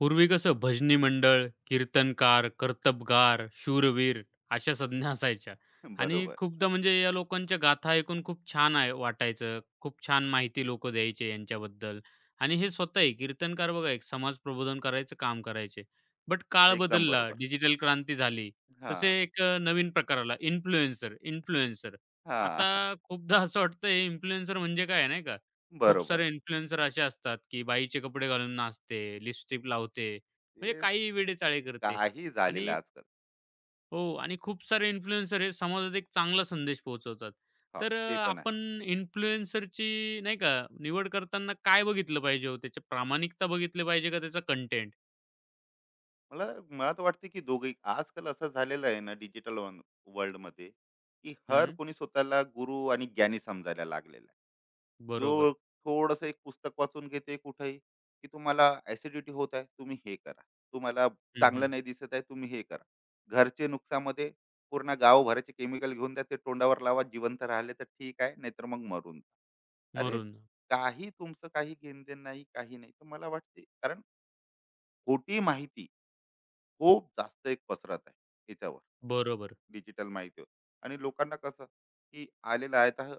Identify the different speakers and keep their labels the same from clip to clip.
Speaker 1: पूर्वी कसं भजनी मंडळ, कीर्तनकार, कर्तबगार, शूरवीर अशा संज्ञा असायच्या आणि
Speaker 2: बरोबर.
Speaker 1: खूपदा म्हणजे या लोकांच्या गाथा ऐकून खूप छान आहे वाटायचं. खूप छान माहिती लोकं द्यायचे यांच्याबद्दल आणि हे स्वतःही कीर्तनकार बघा एक समाज प्रबोधन करायचं काम करायचे. बट काळ
Speaker 2: एकदम
Speaker 1: बदलला,
Speaker 2: बरोबर.
Speaker 1: डिजिटल क्रांती झाली. तसे
Speaker 2: हां,
Speaker 1: एक नवीन प्रकार आला इन्फ्लुएन्सर, इन्फ्लुएन्सर. आता
Speaker 2: हां.
Speaker 1: खूपदा असं वाटतं हे इन्फ्लुएन्सर म्हणजे काय नाही का? खूप
Speaker 2: बरोबर.
Speaker 1: सारे इन्फ्लुएन्सर असे असतात, की बाईचे कपडे घालून नाचते, लिपस्टिक लावते, म्हणजे
Speaker 2: ते
Speaker 1: काही वेडेचाळे करते.
Speaker 2: काही झालेलं
Speaker 1: आणि
Speaker 2: आजकाल.
Speaker 1: हो आणि खूप सारे इन्फ्लुएन्सर हे समाजात एक चांगला संदेश पोहोचवतात.
Speaker 2: हां,
Speaker 1: तर
Speaker 2: ते पण आहे.
Speaker 1: आपण इन्फ्लुएन्सरची नाही का निवड करताना काय बघितलं पाहिजे हो? त्याची प्रामाणिकता बघितली पाहिजे का त्याचा कंटेंट?
Speaker 2: मला मला तर वाटते की दोघे आजकाल असं झालेलं आहे ना, डिजिटल वर्ल्ड मध्ये, की हर
Speaker 1: हं,
Speaker 2: कोणी स्वतःला गुरु आणि ज्ञानी समजायला लागलेला आहे. जो
Speaker 1: बरोबर.
Speaker 2: थोडस एक पुस्तक वाचून घेते कुठेही, की तुम्हाला ऍसिडिटी होत आहे तुम्ही हे करा, तुम्हाला
Speaker 1: हं, हं.
Speaker 2: चांगलं नाही दिसत आहे तुम्ही हे करा, घरचे नुकसामध्ये पूर्ण गावभराचे केमिकल घेऊन द्या, ते तोंडावर लावा, जिवंत राहिले तर ठीक आहे नाहीतर मग मरून जा. अरे
Speaker 1: मरून.
Speaker 2: काही तुमचं काही घेणं नाही काही नाही. तर मला वाटते कारण खोटी माहिती खूप जास्त एक पसरत आहे याच्यावर,
Speaker 1: बरोबर.
Speaker 2: डिजिटल माहितीवर. आणि लोकांना कसं की आलेलं आहे, तर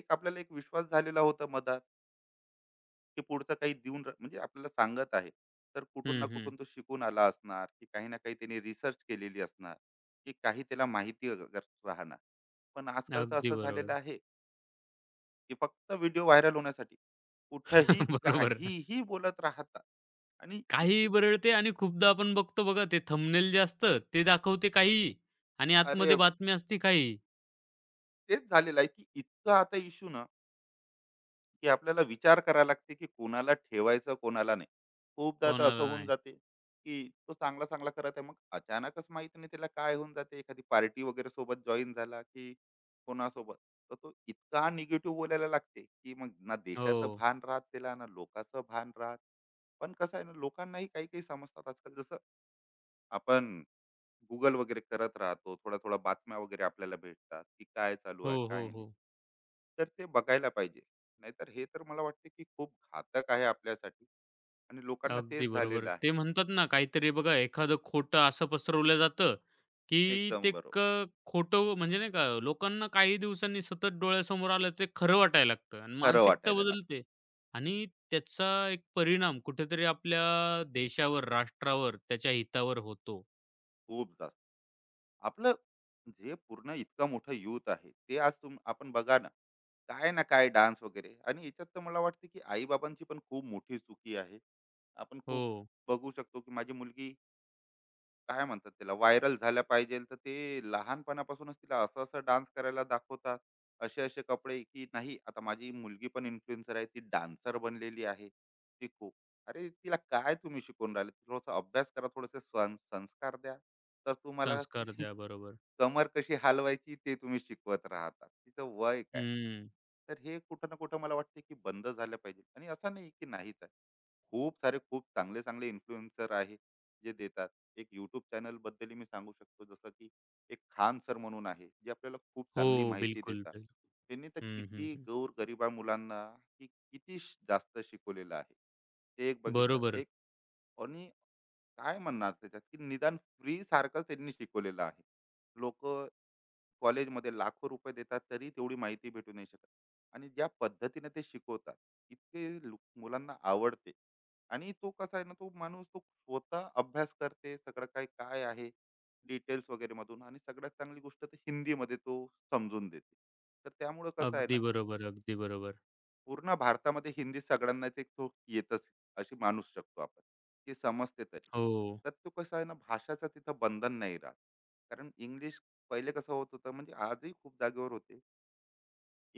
Speaker 2: एक आपल्याला एक विश्वास झालेला होता मधात, की पुढचं काही देऊन म्हणजे आपल्याला सांगत आहे तर कुठून
Speaker 1: हं,
Speaker 2: ना
Speaker 1: हं.
Speaker 2: कुठून तो शिकून आला असणार, की काही ना काही त्याने रिसर्च केलेली असणार, की काही त्याला माहिती अगर राहणार. पण आजकाल तर
Speaker 1: अगदी
Speaker 2: असं झालेलं
Speaker 1: बरोबर.
Speaker 2: आहे, की फक्त व्हिडिओ व्हायरल होण्यासाठी कुठंही
Speaker 1: बरोबर.
Speaker 2: काहीही बोलत राहतात. आणि
Speaker 1: काहीही
Speaker 2: इतकी
Speaker 1: बरळते आणि खूपदा आपण बघतो बघा ते थंबनेल जे असतं ते दाखवते काहीही आणि
Speaker 2: अरे
Speaker 1: आतमध्ये बातमी असते काहीही.
Speaker 2: तेच झालेलं आहे, की इतकं आता इश्यू ना, की आपल्याला विचार करायला लागते की कोणाला ठेवायचं कोणाला नाही. खूपदा तर असं
Speaker 1: कोणाला
Speaker 2: होऊन
Speaker 1: नाही.
Speaker 2: जाते की तो चांगला चांगला करत आहे, मग अचानकच माहित नाही त्याला काय होऊन जाते, एखादी पार्टी वगैरे सोबत जॉईन झाला की कोणासोबत, तर तो इतका निगेटिव्ह बोलायला लागते की मग ना देशाचं
Speaker 1: हो.
Speaker 2: भान राहत त्याला, ना लोकांचं भान राहत. पण कसं आहे ना, लोकांनाही काही काही समजतात आजकाल. जसं आपण गुगल वगैरे करत राहतो, थोड़ा थोड्या बातम्या वगैरे आपल्याला भेटतात की काय चालू आहे
Speaker 1: हो, हो,
Speaker 2: काय नाही,
Speaker 1: हो.
Speaker 2: तर ते बघायला पाहिजे. नाहीतर हे तर मला वाटते की खूप घातक आहे आपल्यासाठी. आणि लोकांना
Speaker 1: अगदी
Speaker 2: तेच
Speaker 1: बरोबर.
Speaker 2: झालेलं आहे.
Speaker 1: ते म्हणतात ना काहीतरी बघा एखादं खोटं असं पसरवलं जातं, की
Speaker 2: एकदम
Speaker 1: ते
Speaker 2: बरोबर.
Speaker 1: क खोटं म्हणजे नाही का लोकांना काही दिवसांनी सतत डोळ्यासमोर आलं ते खरं वाटायला लागतं आणि
Speaker 2: खरं
Speaker 1: मानसिकता
Speaker 2: वाटायला लागतं.
Speaker 1: बदलते आणि त्याचा एक परिणाम कुठेतरी आपल्या देशावर, राष्ट्रावर, त्याच्या हितावर होतो.
Speaker 2: खूप जास्त आपलं जे पूर्ण इतकं मोठं युथ आहे, ते आज आपण बघा ना, काय ना काय डान्स वगैरे. आणि याच्यात तर मला वाटते की आई बाबांची पण खूप मोठी चुकी आहे. आपण खूप
Speaker 1: हो.
Speaker 2: बघू शकतो की माझी मुलगी, काय म्हणतात त्याला व्हायरल झाल्या पाहिजे, तर ते लहानपणापासूनच तिला असं असं डान्स करायला दाखवतात, असे असे कपडे, की नाही आता माझी मुलगी पण इन्फ्लुएन्सर आहे, ती डान्सर बनलेली आहे, ती खूप. अरे तिला काय तुम्ही शिकून राहिले, थोडासा अभ्यास करा, थोडेसे संस्कार द्या, तर तुम्हाला
Speaker 1: संस्कार द्या. बरोबर.
Speaker 2: कमर कशी हलवायची ते तुम्ही शिकवत राहता, तिचं वय काय.
Speaker 1: हम्म.
Speaker 2: तर हे कुठं ना कुठं मला वाटते की बंद झालं पाहिजे. आणि असं नाही की नाहीच आहे, खूप सारे खूप चांगले चांगले इन्फ्लुएन्सर आहे जे देतात. एक यूट्यूब चॅनल बद्दल मी सांगू शकतो, जसं की एक खान सर म्हणून आहे, जे आपल्याला खूप
Speaker 1: हो,
Speaker 2: चांगली माहिती
Speaker 1: बिलकुल,
Speaker 2: देतात.
Speaker 1: बिल
Speaker 2: त्यांनी तर
Speaker 1: हं, हं,
Speaker 2: किती
Speaker 1: हं.
Speaker 2: गौर गरिबा मुलांना, की किती जास्त शिकवलेलं आहे, ते एक बघितलं
Speaker 1: बरोबर.
Speaker 2: एक. आणि काय म्हणणार त्याच्यात, की निदान फ्री सारखं त्यांनी शिकवलेलं आहे. लोक कॉलेजमध्ये लाखो रुपये देतात तरी तेवढी माहिती भेटू नाही शकत. आणि ज्या पद्धतीने ते शिकवतात, इतके मुलांना आवडते. आणि तो कसा आहे ना, तो माणूस तो स्वतः अभ्यास करते सगळं काय काय आहे डिटेल्स वगैरे मधून. आणि सगळ्यात चांगली गोष्ट तर हिंदीमध्ये तो समजून देते. तर त्यामुळं कसं आहे ना,
Speaker 1: अगदी बरोबर, अगदी बरोबर.
Speaker 2: पूर्ण भारतामध्ये हिंदी सगळ्यांनाच एक तो येतच, अशी मानू शकतो आपण, ती समजते तरी.
Speaker 1: हो,
Speaker 2: तर तो कसं आहे ना, भाषाचं तिथं बंधन नाही राहत. कारण इंग्लिश, पहिले कसं होत होतं, म्हणजे आजही खूप जागेवर होते,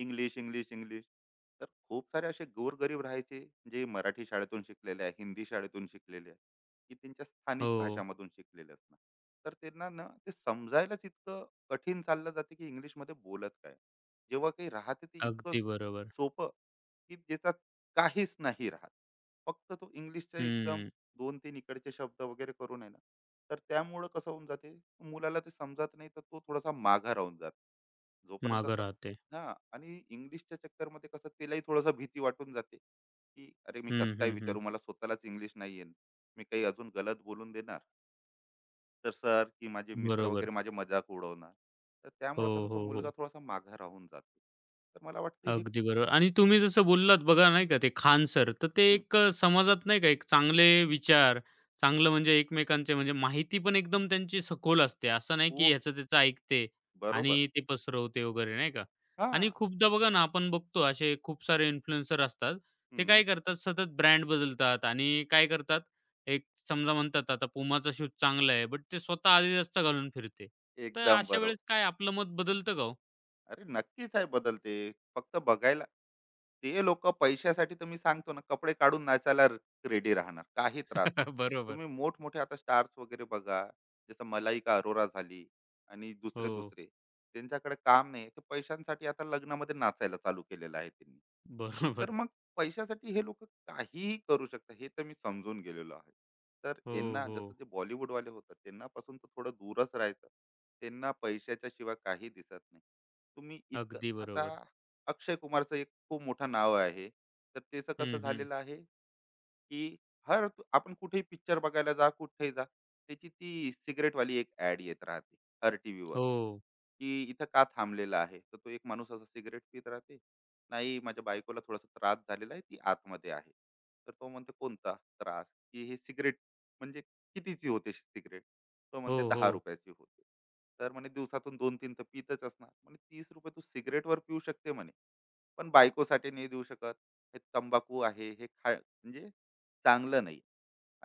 Speaker 2: इंग्लिश, इंग्लिश, इंग्लिश. तर खूप सारे असे गोरगरीब राहायचे, जे मराठी शाळेतून शिकलेले आहे, हिंदी शाळेतून शिकलेले आहे, की त्यांच्या स्थानिक
Speaker 1: हो.
Speaker 2: भाषामधून शिकलेले असणार. तर त्यांना ना ते समजायलाच इतकं कठीण चाललं जाते, की इंग्लिशमध्ये बोलत काय? जेव्हा काही राहते ते इतकं
Speaker 1: अगदी बरोबर.
Speaker 2: सोपं, की ज्याच्यात काहीच नाही राहत. फक्त तो इंग्लिशचा एकदम
Speaker 1: हं.
Speaker 2: 2-3 इकडचे शब्द वगैरे करून आहे ना, तर त्यामुळं कसं होऊन जाते, मुलाला ते समजत नाही, तर तो थोडासा मागे राहून जातो. जोपर्यंत
Speaker 1: मागं
Speaker 2: स-.
Speaker 1: राहते.
Speaker 2: हा आणि इंग्लिशच्या चक्करमध्ये कसं तिलाही थोडंसं भीती वाटून जाते, की अरे मी कसं
Speaker 1: हं,
Speaker 2: काय
Speaker 1: हं, हं.
Speaker 2: विचारू, मला स्वतःलाच इंग्लिश नाही येत, मी काही अजून गलत बोलून देणार, तर सर की माझे मित्र
Speaker 1: बरोबर.
Speaker 2: वगैरे माझे मजाक उडवणार. तर
Speaker 1: हो,
Speaker 2: त्यामुळे कसा तो
Speaker 1: हो, हो.
Speaker 2: मुलगा थोडासा माघा राहून जातो. तर मला वाटते हे.
Speaker 1: अगदी बरोबर आणि तुम्ही जसं बोललात बघा नाही का ते खान सर, तर ते
Speaker 2: हं,
Speaker 1: एक समाजात नाही का एक चांगले विचार, चांगलं म्हणजे एकमेकांचे म्हणजे माहिती पण एकदम त्यांची सखोल असते. असं नाही की
Speaker 2: खूप
Speaker 1: ह्याचं त्याचं ऐकते
Speaker 2: बरोबर.
Speaker 1: आणि ते पसरवते वगैरे नाही का?
Speaker 2: हा.
Speaker 1: आणि खूपदा बघा ना आपण बघतो असे खूप सारे इन्फ्लुएन्सर असतात. ते
Speaker 2: हं,
Speaker 1: काय करतात सतत ब्रँड बदलतात आणि काय करतात एक समजा म्हणतात आता Pumaचा शूज चांगला आहे, बट ते स्वतः Adidasचा घालून फिरते. तर
Speaker 2: एकदम
Speaker 1: अशा
Speaker 2: बरोबर.
Speaker 1: वेळेस काय आपलं मत बदलतं का हो?
Speaker 2: अरे नक्कीच आहे बदलते. फक्त बघायला, ते लोकं पैशासाठी तर मी सांगतो ना, कपडे काढून नाचायला रेडी राहणार. काही त्रास नाही.
Speaker 1: बरोबर.
Speaker 2: तुम्ही मोठमोठे आता स्टार्स वगैरे बघा. जसं मलाइका अरोरा झाली आणि
Speaker 1: हो.
Speaker 2: दुसरे-दुसरे. त्यांच्याकडे काम नाही. ते पैशांसाठी आता लग्नामध्ये नाचायला चालू केलेलं आहे त्यांनी. तर
Speaker 1: बरोबर.
Speaker 2: मग पैशासाठी हे लोकं काहीही करू शकतात, हे तर मी समजून गेलेलो आहे. तर
Speaker 1: हो,
Speaker 2: यांना जसं
Speaker 1: हो.
Speaker 2: जे बॉलिवूडवाले होतात, त्यांनापासून तर थोडं दूरच राहायचं. त्यांना पैशाच्या शिवाय काही दिसत नाही. तुम्ही इतकं
Speaker 1: अगदी
Speaker 2: आता
Speaker 1: बरोबर.
Speaker 2: अक्षय कुमारचं एक खूप मोठं नाव आहे, तर त्याचं कसं
Speaker 1: हं, हं.
Speaker 2: झालेलं आहे, की हर आपण कुठेही पिक्चर बघायला जा कुठेही जा, त्याची ती सिगरेटवाली एक ऍड येत राहते, हर टी व्हीवर,
Speaker 1: हो,
Speaker 2: की इथं का थांबलेला आहे, तर तो एक माणूस असा सिगरेट पित राहते, नाही माझ्या बायकोला थोडासा त्रास झालेला आहे, ती आतमध्ये आहे. तर तो म्हणते कोणता त्रास? की हे सिगरेट, म्हणजे कितीची होते सिगरेट? तो म्हणते
Speaker 1: हो,
Speaker 2: दहा
Speaker 1: हो.
Speaker 2: रुपयाची होते. तर म्हणे दिवसातून दोन तीन तर पितच असणार, म्हणे 30 रुपये तू सिगरेटवर पिऊ शकते म्हणे, पण बायकोसाठी नाही देऊ शकत. हे तंबाखू आहे हे खा, म्हणजे चांगलं नाही,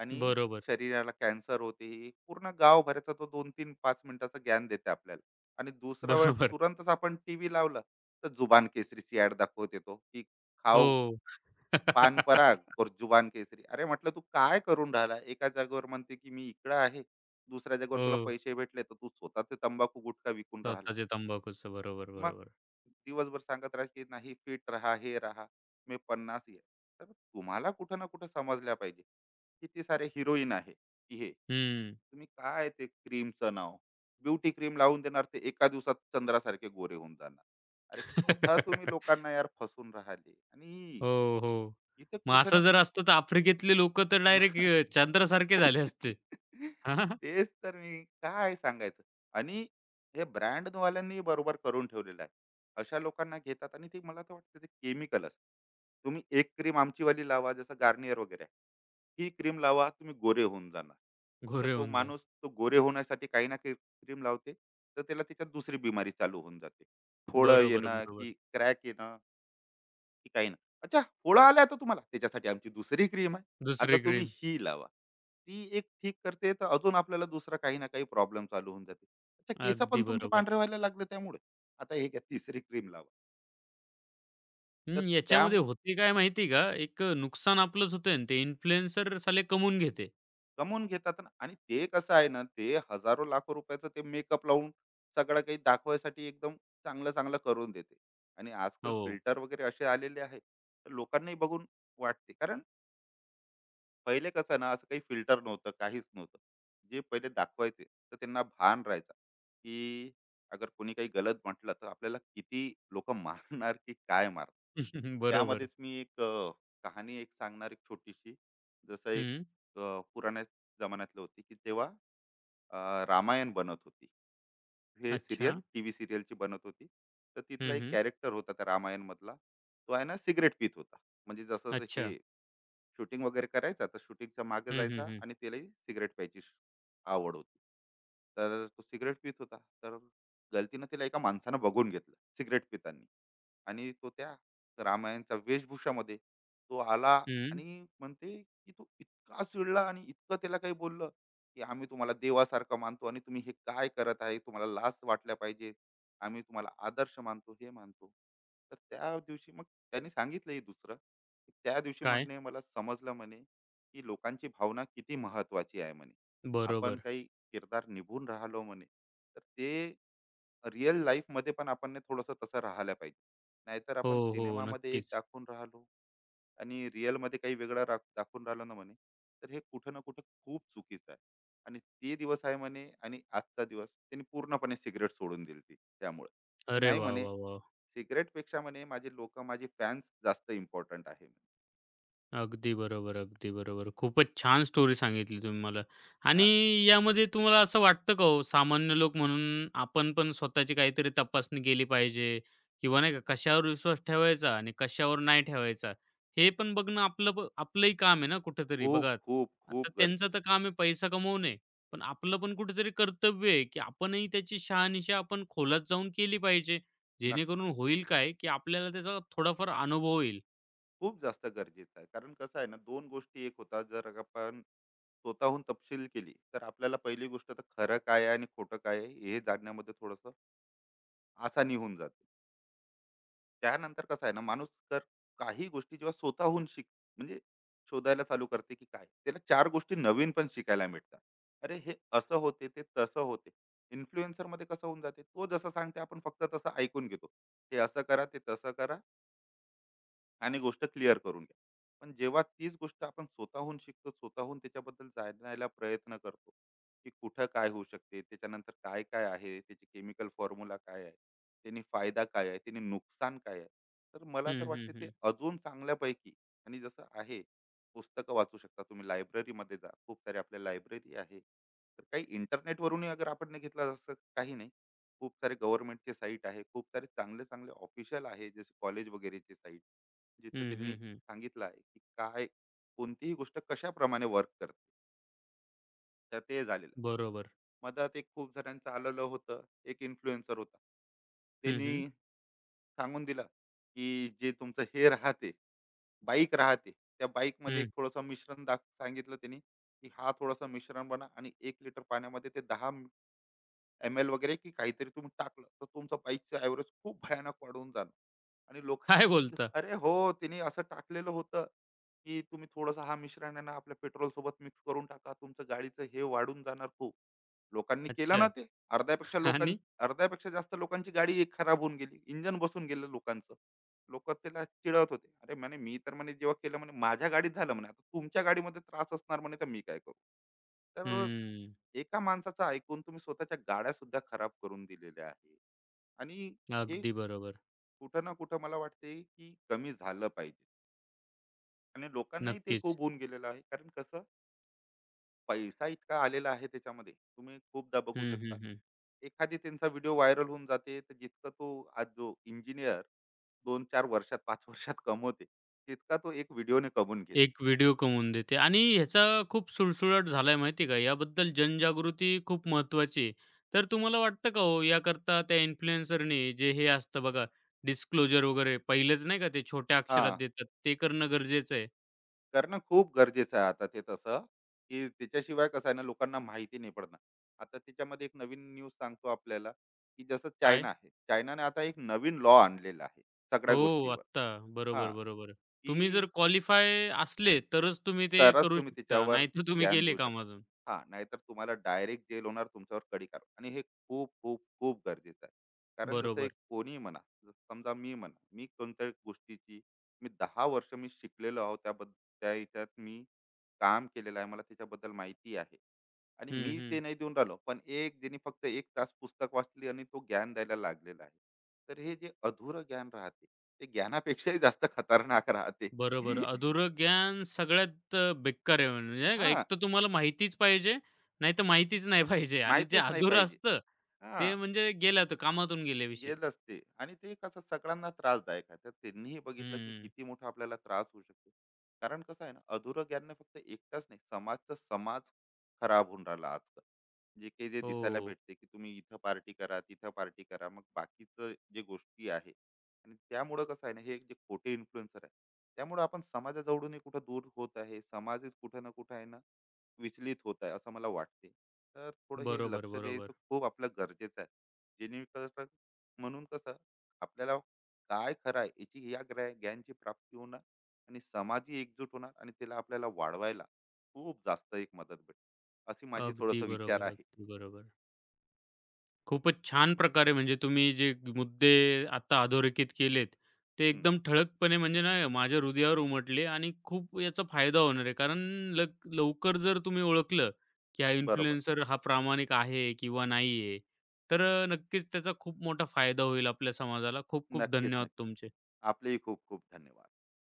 Speaker 2: आणि
Speaker 1: बरोबर,
Speaker 2: शरीराला कॅन्सर होते. हे पूर्ण गावभराचा तो दोन तीन पाच मिनिटाचं ज्ञान देते आपल्याला. आणि दुसऱ्या वेळ
Speaker 1: बरोबर.
Speaker 2: तुरंतच आपण टीव्ही लावलं, तर जुबान केसरीची ऍड दाखवते तो, की खाऊ
Speaker 1: हो.
Speaker 2: पान पराग और जुबान केसरी. अरे म्हटलं तू काय करून राहिला, एका जागेवर म्हणते की मी इकडं आहे, दुसऱ्या जागेवर तुला
Speaker 1: हो.
Speaker 2: पैसे भेटले तर तू स्वतः ते तंबाखू गुटखा विकून राहिला.
Speaker 1: स्वतःचे तंबाखूचं. बरोबर,
Speaker 2: मग
Speaker 1: बरोबर.
Speaker 2: दिवसभर सांगत राहा की नाही फिट राहा हे राहा, मी पन्नास आहे. तर तुम्हाला कुठं ना कुठं समजल्या पाहिजे. किती सारे हिरोईन आहे की हे
Speaker 1: हं.
Speaker 2: तुम्ही काय ते क्रीमचं नाव, ब्युटी क्रीम लावून देणार, ते एका दिवसात चंद्रासारखे गोरे होऊन जाणार. अरे कुठं तुम्ही लोकांना यार फसून राहिले, आणि
Speaker 1: हो, हो.
Speaker 2: इथे
Speaker 1: मग
Speaker 2: कुठे
Speaker 1: असं
Speaker 2: ना.
Speaker 1: जर असतं तर आफ्रिकेतले लोकं तर डायरेक्ट चंद्रासारखे झाले असते.
Speaker 2: तेच तर मी काय सांगायचं. आणि हे ब्रँड वाल्यांनी बरोबर करून ठेवलेलं आहे, अशा लोकांना घेतात, आणि ते मला तर वाटतं ते केमिकल असतं. तुम्ही एक क्रीम आमची वाली लावा, जसं गार्नियर वगैरे आहे, ही क्रीम लावा तुम्ही गोरे होऊन जाणार. तर
Speaker 1: गोरे
Speaker 2: तो
Speaker 1: होऊन जाय.
Speaker 2: माणूस तो गोरे होण्यासाठी काही ना काही क्रीम लावते, तर त्याला त्याच्यात दुसरी बिमारी चालू होऊन जाते, फोळं
Speaker 1: बरोबर,
Speaker 2: येणं
Speaker 1: बरोबर.
Speaker 2: की क्रॅक येणं की काही नाही. अच्छा फोडा आल्या तर तुम्हाला त्याच्यासाठी आमची दुसरी क्रीम आहे, आता
Speaker 1: दुसरी
Speaker 2: तुम्ही
Speaker 1: क्रीम.
Speaker 2: ही लावा. ती एक ठीक करते तर अजून आपल्याला दुसरा काही ना काही प्रॉब्लेम चालू होऊन जाते. अच्छा केस पण
Speaker 1: अगदी
Speaker 2: तुमचे
Speaker 1: बरोबर.
Speaker 2: पांढरे व्हायला लागले त्यामुळे आता हे घ्या तिसरी क्रीम लावा. तर
Speaker 1: हं,
Speaker 2: त्या
Speaker 1: याच्यामध्ये होते काय माहिती का? एक नुकसान आपलंच होतंय आणि ते इन्फ्लुएन्सर साले कमवून घेते.
Speaker 2: कमवून घेतात ना. आणि ते कसं आहे ना, ते हजारो लाखो रुपयाचं ते मेकअप लावून सगळं काही दाखवायसाठी एकदम चांगलं चांगलं करून देते. आणि आजकाल
Speaker 1: हो.
Speaker 2: फिल्टर वगैरे असे आलेले आहे, तर लोकांनाही बघून वाटते. कारण पहिले कसं ना, असं काही फिल्टर नव्हतं, काहीच नव्हतं. जे पहिले दाखवायचे तर त्यांना भान राहायचा, की अगर कोणी काही गलत म्हटलं तर आपल्याला किती लोक मारणार की काय मारणार.
Speaker 1: बरोबर.
Speaker 2: त्यामध्येच मी एक कहाणी एक सांगणार एक छोटीशी. जसं एक
Speaker 1: हं.
Speaker 2: पुराण्या जमान्यातलं होती, की तेव्हा अ, रामायण बनत होती, हे
Speaker 1: अच्छा.
Speaker 2: सिरियल टी व्ही सिरियलची बनत होती. तर तिथला
Speaker 1: हं,
Speaker 2: एक
Speaker 1: हं.
Speaker 2: कॅरेक्टर होता त्या रामायण मधला, तो आहे ना सिगरेट पित होता. म्हणजे जसं जसं हे
Speaker 1: अच्छा.
Speaker 2: शूटिंग वगैरे करायचा तर शूटिंगच्या मागे
Speaker 1: हं, हं,
Speaker 2: जायचा,
Speaker 1: हं.
Speaker 2: आणि त्यालाही सिगरेट प्यायची आवड होती. तर तो सिगरेट पित होता. तर गलतीनं त्याला एका माणसानं बघून घेतलं सिगरेट पितानी, आणि तो त्या रामायणच्या वेशभूषामध्ये तो आला.
Speaker 1: हं.
Speaker 2: आणि म्हणते की तो इतका चिडला आणि इतकं त्याला काही बोललं, की आम्ही तुम्हाला देवासारखं मानतो आणि तुम्ही हे काय करत आहे, तुम्हाला लाज वाटल्या पाहिजे, आम्ही तुम्हाला आदर्श मानतो हे मानतो. तर त्या दिवशी मग त्यांनी सांगितलंही दुसरं. की त्या दिवशी
Speaker 1: काय?
Speaker 2: म्हणे मला समजलं म्हणे, की लोकांची भावना किती महत्त्वाची आहे म्हणे. आपण
Speaker 1: बरोबर.
Speaker 2: काही किरदार निभून राहिलो म्हणे, तर ते रिअल लाईफमध्ये पण आपण ना थोडंसं तसं राहायला पाहिजे. नाहीतर
Speaker 1: हो,
Speaker 2: आपण
Speaker 1: हो.
Speaker 2: सिनेमामध्ये एक
Speaker 1: नक्कीच.
Speaker 2: दाखवून राहिलो आणि रिअलमध्ये काही वेगळं दाखवून राहिलो ना म्हणे, तर हे कुठं ना कुठं खूप चुकीचं आहे. आणि ते दिवस आहे म्हणे आणि आजचा दिवस त्यांनी पूर्णपणे सिगारेट सोडून दिली होती त्यामुळे. की
Speaker 1: अरे
Speaker 2: नाही
Speaker 1: वाह,
Speaker 2: म्हणे
Speaker 1: वाह, वाह!
Speaker 2: सिगरेट पेक्षा म्हणे माझे लोक माझे फॅन्स जास्त इम्पॉर्टंट आहे म्हणे.
Speaker 1: अगदी बरोबर, अगदी बरोबर. खूपच छान स्टोरी सांगितली तुम्ही मला आणि
Speaker 2: हा.
Speaker 1: यामध्ये तुम्हाला असं वाटतं का हो, सामान्य लोक म्हणून आपण पण स्वतःची काहीतरी तपासणी केली पाहिजे किंवा नाही का, कशावर विश्वास ठेवायचा आणि कशावर नाही ठेवायचा, हे पण बघणं आपलंही काम आहे ना कुठेतरी.
Speaker 2: खूप
Speaker 1: बघा,
Speaker 2: खूप खूप
Speaker 1: आता
Speaker 2: गरजे
Speaker 1: त्यांचं तर काम आहे पैसा कमवणे, पण आपलं पण कुठेतरी कर्तव्य आहे, की आपणही त्याची शहानिशा आपण खोलात जाऊन केली पाहिजे.
Speaker 2: नक
Speaker 1: जेणेकरून होईल काय, की आपल्याला त्याचा थोडाफार अनुभव येईल.
Speaker 2: खूप जास्त गरजेचं आहे. कारण कसं आहे ना, दोन गोष्टी एक होतात. जर आपण स्वतःहून तपशील केली तर आपल्याला पहिली गोष्ट तर खरं काय आहे आणि खोटं काय आहे हे जाणण्यामध्ये थोडंसं आसानी होऊन जाते. त्यानंतर कसं आहे ना, माणूस तर काही गोष्टी जेव्हा स्वतःहून म्हणजे शोधायला चालू करते, की काय त्याला चार गोष्टी नवीन पण शिकायला मिळतात. अरे हे असं होते ते तसं होते. इन्फ्लुएन्सर मध्ये कसं होऊन जाते, तो जसं सांगते आपण फक्त तसं ऐकून घेतो, हे असं करा ते तसं करा, आणि गोष्ट क्लिअर करून घ्या. पण जेव्हा तीच गोष्ट आपण स्वतःहून शिकतो, स्वतःहून त्याच्याबद्दल जाणायला प्रयत्न करतो, की कुठं काय होऊ शकते, त्याच्यानंतर काय काय आहे, त्याचे केमिकल फॉर्म्युला काय आहे, त्याने फायदा काय आहे त्याने नुकसान काय आहे, तर मला
Speaker 1: हं,
Speaker 2: तर
Speaker 1: हं,
Speaker 2: वाटते ते
Speaker 1: हं.
Speaker 2: अजून चांगल्यापैकी. आणि जसं आहे, पुस्तकं वाचू शकता तुम्ही, लायब्ररीमध्ये जा, खूप सारे आपल्या लायब्ररी आहे, तर काही इंटरनेटवरूनही अगर आपण नाही घेतला जसं काही नाही. खूप सारे गव्हर्नमेंटचे साईट आहे, खूप सारे चांगले चांगले ऑफिशियल आहे, जसे कॉलेज वगैरेचे साईट, जिथं
Speaker 1: हं,
Speaker 2: त्यांनी
Speaker 1: हं, हं.
Speaker 2: सांगितलं आहे की काय कोणतीही गोष्ट कशाप्रमाणे वर्क करते, तर ते झालेलं आहे.
Speaker 1: बरोबर.
Speaker 2: मधात एक खूप जणांचं आलेलं होतं, एक इन्फ्लुएन्सर होता,
Speaker 1: हं, हं.
Speaker 2: त्यांनी सांगून दिलं की जे तुमचं हे राहते, बाईक राहते, त्या बाईकमध्ये एक
Speaker 1: हं.
Speaker 2: थोडंसं मिश्रण सांगितलं त्यांनी, की हा थोडासा मिश्रण बना आणि एक लिटर पाण्यामध्ये ते 10 ml वगैरे की काहीतरी तुम्ही टाकलं, तर तुमचं बाईकचं ॲव्हरेज खूप भयानक वाढून जाणार. आणि लोक,
Speaker 1: काय बोलता?
Speaker 2: अरे हो, तिने असं टाकलेलं होतं, की तुम्ही थोडंसं हा मिश्रण आहे ना आपल्या पेट्रोल सोबत मिक्स करून टाका, तुमचं गाडीचं हे वाढून जाणार खूप. लोकांनी केलं ना
Speaker 1: अच्छा.
Speaker 2: ते, अर्ध्यापेक्षा लोकां,
Speaker 1: आणि?
Speaker 2: अर्ध्यापेक्षा जास्त लोकांची गाडी एक खराब होऊन गेली, इंजन बसून गेलं लोकांचं. लोक त्याला चिडवत होते, अरे म्हणे मी तर म्हणे जेव्हा केलं म्हणे माझ्या गाडीत झालं म्हणे, आता तुमच्या गाडीमध्ये त्रास असणार म्हणे, तर मी काय करू. तर
Speaker 1: हम्म.
Speaker 2: एका माणसाचं ऐकून तुम्ही स्वतःच्या गाड्या सुद्धा खराब करून दिलेल्या आहे. आणि हे
Speaker 1: अगदी बरोबर.
Speaker 2: कुठं ना कुठं मला वाटते की कमी झालं पाहिजे. आणि लोकांनाही ते
Speaker 1: नक्कीच.
Speaker 2: खूप होऊन गेलेलं आहे. कारण कसं, पैसा इतका आलेला आहे त्याच्यामध्ये. तुम्ही खूपदा बघू
Speaker 1: हं,
Speaker 2: शकता,
Speaker 1: हं, हं.
Speaker 2: एखादी त्यांचा व्हिडिओ व्हायरल होऊन जाते, तर जितका तो आज जो इंजिनियर दोन चार वर्षात पाच वर्षात कमवते, तितका तो एक व्हिडिओने कमवून घेते.
Speaker 1: एक व्हिडिओ कमवून देते आणि ह्याचा खूप सुळसुळाट झालाय माहिती का? याबद्दल जनजागृती खूप महत्त्वाची आहे. तर तुम्हाला वाटतं का हो याकरता त्या इन्फ्लुएन्सरनी जे हे असतं बघा डिस्क्लोजर वगैरे पहिलेच नाही का ते छोट्या
Speaker 2: हा,
Speaker 1: अक्षरात देतात, ते करणं गरजेचं आहे?
Speaker 2: करणं खूप गरजेचं आहे आता ते तसं, की त्याच्याशिवाय कसं आहे ना लोकांना माहिती नाही पडणार. आता त्याच्यामध्ये एक नवीन न्यूज सांगतो आपल्याला, की जसं
Speaker 1: काय?
Speaker 2: चायना आहे. चायनाने आता एक नवीन लॉ आणलेला आहे सगळ्या
Speaker 1: हो,
Speaker 2: गोष्टीवर.
Speaker 1: आत्ता.
Speaker 2: हां,
Speaker 1: बरोबर, बरोबर. तुम्ही जर
Speaker 2: की
Speaker 1: क्वालिफाय असले, तरच तुम्ही ते
Speaker 2: तरच
Speaker 1: करू
Speaker 2: तुम्ही
Speaker 1: शकता.
Speaker 2: तिच्यावर
Speaker 1: नाहीतर तुम्ही
Speaker 2: ज्ञान
Speaker 1: गेले
Speaker 2: देऊ
Speaker 1: कामातून.
Speaker 2: शकता, हा. नाहीतर तुम्हाला डायरेक्ट जेल होणार, तुमच्यावर कडी कार. आणि हे खूप खूप खूप गरजेचं आहे. कारण जसं
Speaker 1: बरोबर.
Speaker 2: एक कोणी म्हणा, जसं समजा मी म्हणा, मी कोणत्या गोष्टीची, मी 10 वर्ष मी शिकलेलो आहो त्याबद्दल, त्या याच्यात मी काम केलेलं आहे, मला त्याच्याबद्दल माहिती आहे, आणि
Speaker 1: हं,
Speaker 2: मी ते
Speaker 1: हं.
Speaker 2: नाही देऊन राहिलो, पण एक ज्यांनी फक्त एक तास पुस्तक वाचली आणि तो ज्ञान द्यायला लागलेला आहे, तर हे जे अधुरं ज्ञान राहते, ते ज्ञानापेक्षाही जास्त खतरनाक राहते.
Speaker 1: बरोबर. अधुरं ज्ञान सगळ्यात बेकार आहे म्हणजे नाही का.
Speaker 2: हा.
Speaker 1: एक तर तुम्हाला माहितीच पाहिजे, नाहीतर माहितीच नाही पाहिजे आणि जे
Speaker 2: माहितीच नाही
Speaker 1: अधुरं
Speaker 2: पाहिजे.
Speaker 1: असतं,
Speaker 2: हां,
Speaker 1: ते म्हणजे गेलं तर कामातून गेल्याविषयी.
Speaker 2: गेलंच ते. आणि ते कसं सगळ्यांना त्रासदायक आहे, तर त्यांनीही बघितलं की
Speaker 1: हं.
Speaker 2: किती मोठा आपल्याला त्रास होऊ शकतो. कारण कसं आहे ना, अधुरं ज्ञानने फक्त एकटाच नाही, समाजचा समाज खराब होऊन राहिला आजकाल. जे काही जे दिसायला
Speaker 1: हो.
Speaker 2: भेटते, की तुम्ही इथं पार्टी करा तिथं पार्टी करा, मग बाकीचं जे गोष्टी आहे. आणि त्यामुळं कसं आहे ना, हे एक जे खोटे इन्फ्लुएन्सर आहे, त्यामुळे आपण समाजाजवळूनही कुठं दूर होत आहे, समाजच कुठं ना कुठं आहे ना विचलित होत आहे, असं मला वाटते. तर थोडं हे
Speaker 1: बरोबर,
Speaker 2: लक्ष द्यायचं
Speaker 1: बरोबर.
Speaker 2: खूप आपलं गरजेचं आहे. जेणे म्हणून कसं आपल्याला काय खरं आहे याची या ज्ञानची प्राप्ती होणार, आणि समाजी एकजूट होणार, आणि तिला आपल्याला वाढवायला खूप जास्त एक मदत भेटते, अशी माझी
Speaker 1: अगदी
Speaker 2: थोडस विचार
Speaker 1: बरोबर,
Speaker 2: आहे.
Speaker 1: अगदी बरोबर. खूपच छान प्रकारे म्हणजे तुम्ही जे मुद्दे आता अधोरेखित केलेत, ते
Speaker 2: हम्म,
Speaker 1: एकदम ठळकपणे म्हणजे ना माझ्या हृदयावर उमटले आणि खूप याचा फायदा होणार आहे. कारण लवकर जर तुम्ही ओळखलं, की हा
Speaker 2: बरोबर.
Speaker 1: इन्फ्लुएन्सर हा प्रामाणिक आहे किंवा नाही आहे, तर नक्कीच त्याचा खूप मोठा फायदा होईल आपल्या समाजाला. खूप खूप
Speaker 2: नक्कीच
Speaker 1: धन्यवाद
Speaker 2: नक्की
Speaker 1: तुमचे.
Speaker 2: आपलेही खूप खूप धन्यवाद.